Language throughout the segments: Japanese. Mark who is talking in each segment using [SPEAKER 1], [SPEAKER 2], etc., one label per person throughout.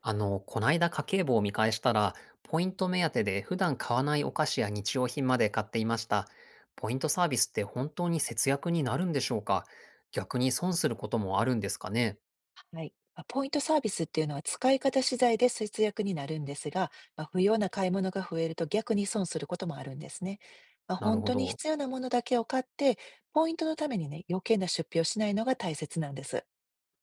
[SPEAKER 1] こないだ家計簿を見返したら、ポイント目当てで普段買わないお菓子や日用品まで買っていました。ポイントサービスって本当に節約になるんでしょうか？逆に損することもあるんですかね？
[SPEAKER 2] はい。ポイントサービスっていうのは使い方次第で節約になるんですが、不要な買い物が増えると逆に損することもあるんですね。
[SPEAKER 1] なる
[SPEAKER 2] 本
[SPEAKER 1] ほ
[SPEAKER 2] 当に
[SPEAKER 1] ど。
[SPEAKER 2] 必要なものだけを買って、ポイントのためにね、余計な出費をしないのが大切なんです。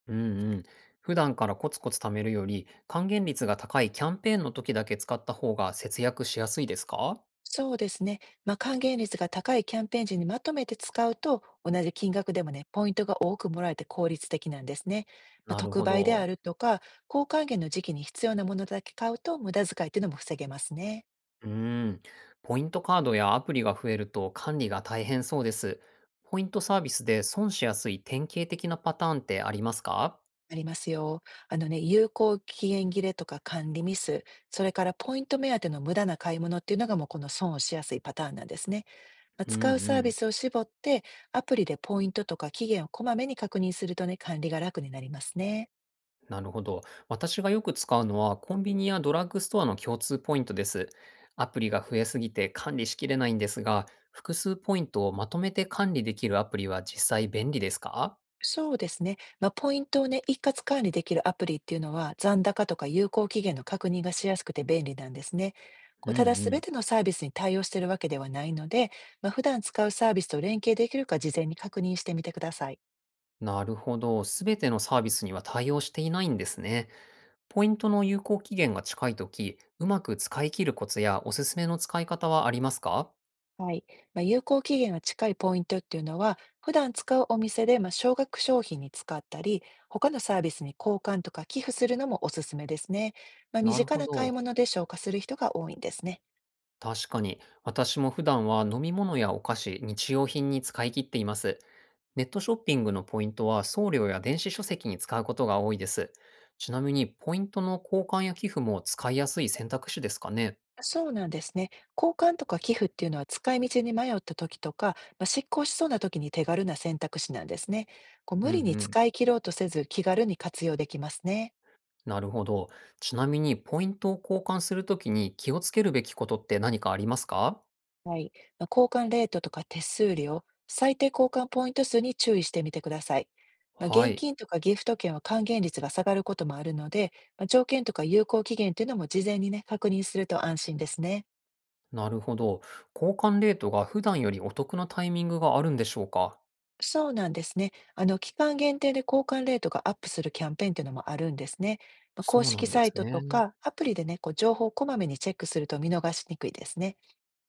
[SPEAKER 1] うんうん。普段からコツコツ貯めるより、還元率が高いキャンペーンの時だけ使った方が節約しやすいですか？
[SPEAKER 2] そうですね。還元率が高いキャンペーン時にまとめて使うと、同じ金額でもね、ポイントが多くもらえて効率的なんですね。
[SPEAKER 1] なる
[SPEAKER 2] 特
[SPEAKER 1] ほ
[SPEAKER 2] 売であ
[SPEAKER 1] ど。
[SPEAKER 2] るとか、高還元の時期に必要なものだけ買うと無駄遣いっていうのも防げますね。
[SPEAKER 1] うーん、ポイントカードやアプリが増えると管理が大変そうです。ポイントサービスで損しやすい典型的なパターンってありますか？
[SPEAKER 2] ありますよ。あのね、有効期限切れとか管理ミス、それからポイント目当ての無駄な買い物っていうのがもうこの損をしやすいパターンなんですね。
[SPEAKER 1] うんう
[SPEAKER 2] 使うサービ
[SPEAKER 1] ん。
[SPEAKER 2] スを絞って、アプリでポイントとか期限をこまめに確認するとね、管理が楽になりますね。
[SPEAKER 1] なるほど。私がよく使うのはコンビニやドラッグストアの共通ポイントです。アプリが増えすぎて管理しきれないんですが、複数ポイントをまとめて管理できるアプリは実際便利ですか？
[SPEAKER 2] そうですね。ポイントをね、一括管理できるアプリっていうのは、残高とか有効期限の確認がしやすくて便利なんですね。こ
[SPEAKER 1] う
[SPEAKER 2] う
[SPEAKER 1] んう
[SPEAKER 2] ただ、すべ
[SPEAKER 1] ん。
[SPEAKER 2] てのサービスに対応しているわけではないので、普段使うサービスと連携できるか事前に確認してみてください。
[SPEAKER 1] なるほど。すべてのサービスには対応していないんですね。ポイントの有効期限が近いとき、うまく使い切るコツやおすすめの使い方はありますか？
[SPEAKER 2] はい。有効期限が近いポイントっていうのは、普段使うお店で、少額商品に使ったり、他のサービスに交換とか寄付するのもおすすめですね。身
[SPEAKER 1] なる
[SPEAKER 2] 近
[SPEAKER 1] ほ
[SPEAKER 2] な買い
[SPEAKER 1] ど。
[SPEAKER 2] 物で消化する人が多いんですね。
[SPEAKER 1] 確かに。私も普段は飲み物やお菓子、日用品に使い切っています。ネットショッピングのポイントは送料や電子書籍に使うことが多いです。ちなみに、ポイントの交換や寄付も使いやすい選択肢ですかね？
[SPEAKER 2] そうなんですね。交換とか寄付っていうのは使い道に迷った時とか、執行しそうな時に手軽な選択肢なんですね。こう
[SPEAKER 1] う
[SPEAKER 2] 無
[SPEAKER 1] んう
[SPEAKER 2] 理に
[SPEAKER 1] ん。
[SPEAKER 2] 使い切ろうとせず気軽に活用できますね。
[SPEAKER 1] なるほど。ちなみに、ポイントを交換するときに気をつけるべきことって何かありますか？
[SPEAKER 2] はい。交換レートとか手数料、最低交換ポイント数に注意してみてください。
[SPEAKER 1] は
[SPEAKER 2] 現
[SPEAKER 1] い。
[SPEAKER 2] 金とかギフト券は還元率が下がることもあるので、条件とか有効期限というのも事前にね、確認すると安心ですね。
[SPEAKER 1] なるほど。交換レートが普段よりお得なタイミングがあるんでしょうか？
[SPEAKER 2] そうなんですね。あの、期間限定で交換レートがアップするキャンペーンというのもあるんですね。
[SPEAKER 1] そ
[SPEAKER 2] 公
[SPEAKER 1] うな
[SPEAKER 2] 式
[SPEAKER 1] んで
[SPEAKER 2] サイ
[SPEAKER 1] す
[SPEAKER 2] トと
[SPEAKER 1] ね。
[SPEAKER 2] かアプリでね、こう情報をこまめにチェックすると見逃しにくいですね。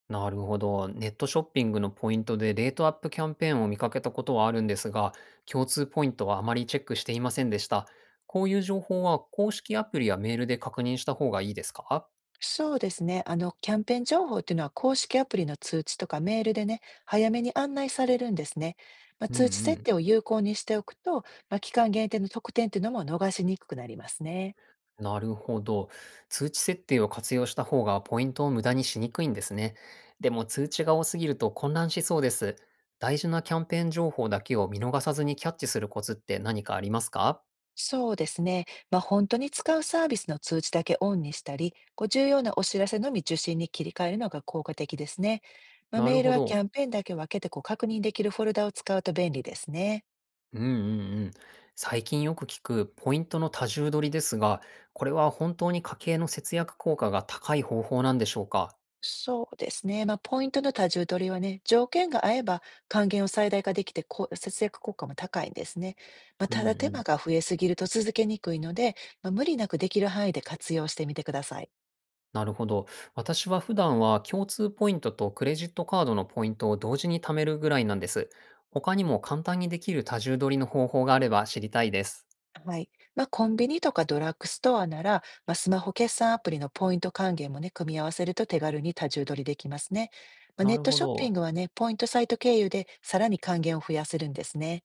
[SPEAKER 1] なるほど。ネットショッピングのポイントでレートアップキャンペーンを見かけたことはあるんですが、共通ポイントはあまりチェックしていませんでした。こういう情報は公式アプリやメールで確認した方がいいですか？
[SPEAKER 2] そうですね。あの、キャンペーン情報っていうのは公式アプリの通知とかメールでね、早めに案内されるんですね。
[SPEAKER 1] うん
[SPEAKER 2] 通知
[SPEAKER 1] う
[SPEAKER 2] 設
[SPEAKER 1] ん。
[SPEAKER 2] 定を有効にしておくと、期間限定の特典っていうのも逃しにくくなりますね。
[SPEAKER 1] なるほど。通知設定を活用した方がポイントを無駄にしにくいんですね。でも通知が多すぎると混乱しそうです。大事なキャンペーン情報だけを見逃さずにキャッチするコツって何かありますか？
[SPEAKER 2] そうですね。本当に使うサービスの通知だけオンにしたり、こう重要なお知らせのみ受信に切り替えるのが効果的ですね。
[SPEAKER 1] な
[SPEAKER 2] メ
[SPEAKER 1] る
[SPEAKER 2] ール
[SPEAKER 1] ほ
[SPEAKER 2] はキ
[SPEAKER 1] ど。
[SPEAKER 2] ャンペーンだけ分けてこう確認できるフォルダを使うと便利ですね。
[SPEAKER 1] うんうんうん。最近よく聞くポイントの多重取りですが、これは本当に家計の節約効果が高い方法なんでしょうか？
[SPEAKER 2] そうですね。ポイントの多重取りはね、条件が合えば還元を最大化できて、こう、節約効果も高いんですね。
[SPEAKER 1] うん
[SPEAKER 2] た
[SPEAKER 1] う
[SPEAKER 2] だ手間
[SPEAKER 1] ん。
[SPEAKER 2] が増えすぎると続けにくいので、無理なくできる範囲で活用してみてください。
[SPEAKER 1] なるほど。私は普段は共通ポイントとクレジットカードのポイントを同時に貯めるぐらいなんです。他にも簡単にできる多重取りの方法があれば知りたいです。
[SPEAKER 2] はい。コンビニとかドラッグストアなら、スマホ決済アプリのポイント還元もね、組み合わせると手軽に多重取りできますね。ネ
[SPEAKER 1] な
[SPEAKER 2] ッ
[SPEAKER 1] る
[SPEAKER 2] ト
[SPEAKER 1] ほ
[SPEAKER 2] ショッピン
[SPEAKER 1] ど。
[SPEAKER 2] グはね、ポイントサイト経由でさらに還元を増やせるんですね。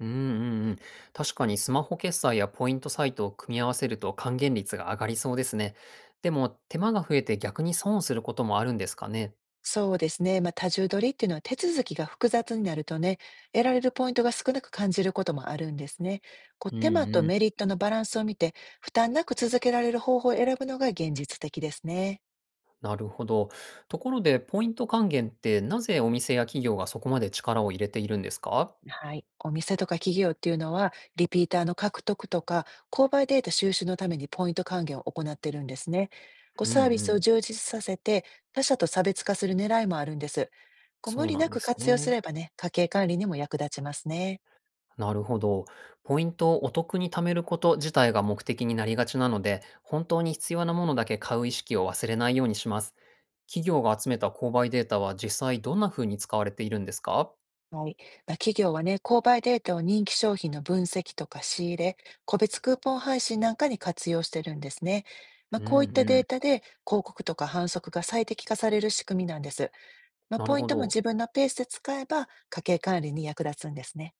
[SPEAKER 1] うんうんうん。確かにスマホ決済やポイントサイトを組み合わせると還元率が上がりそうですね。でも手間が増えて逆に損をすることもあるんですかね。
[SPEAKER 2] そうですね。多重取りっていうのは手続きが複雑になるとね、得られるポイントが少なく感じることもあるんですね。こう、
[SPEAKER 1] うん
[SPEAKER 2] 手間と
[SPEAKER 1] う
[SPEAKER 2] メリ
[SPEAKER 1] ん。
[SPEAKER 2] ットのバランスを見て、負担なく続けられる方法を選ぶのが現実的ですね。
[SPEAKER 1] なるほど。ところでポイント還元ってなぜお店や企業がそこまで力を入れているんですか？
[SPEAKER 2] はい。お店とか企業っていうのは、リピーターの獲得とか、購買データ収集のためにポイント還元を行ってるんですね。こう、
[SPEAKER 1] うんう
[SPEAKER 2] サービスを
[SPEAKER 1] ん。
[SPEAKER 2] 充実させて、他社と差別化する狙いもあるんです。こう、無
[SPEAKER 1] そう
[SPEAKER 2] 理
[SPEAKER 1] な
[SPEAKER 2] な
[SPEAKER 1] んで
[SPEAKER 2] く
[SPEAKER 1] す
[SPEAKER 2] 活
[SPEAKER 1] ね。
[SPEAKER 2] 用すればね、家計管理にも役立ちますね。
[SPEAKER 1] なるほど。ポイントをお得に貯めること自体が目的になりがちなので、本当に必要なものだけ買う意識を忘れないようにします。企業が集めた購買データは実際どんな風に使われているんですか？
[SPEAKER 2] はい。企業はね、購買データを人気商品の分析とか仕入れ、個別クーポン配信なんかに活用してるんですね。
[SPEAKER 1] うん
[SPEAKER 2] こういった
[SPEAKER 1] う
[SPEAKER 2] デ
[SPEAKER 1] ん。
[SPEAKER 2] ータで広告とか販促が最適化される仕組みなんです。
[SPEAKER 1] なる
[SPEAKER 2] ポイン
[SPEAKER 1] ほ
[SPEAKER 2] トも
[SPEAKER 1] ど。
[SPEAKER 2] 自分のペースで使えば家計管理に役立つんですね。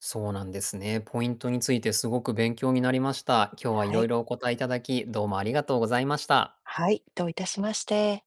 [SPEAKER 1] そうなんですね。ポイントについてすごく勉強になりました。今日はい
[SPEAKER 2] は
[SPEAKER 1] ろい
[SPEAKER 2] い。
[SPEAKER 1] ろお答えいただき、どうもありがとうございました。
[SPEAKER 2] はい。どういたしまして。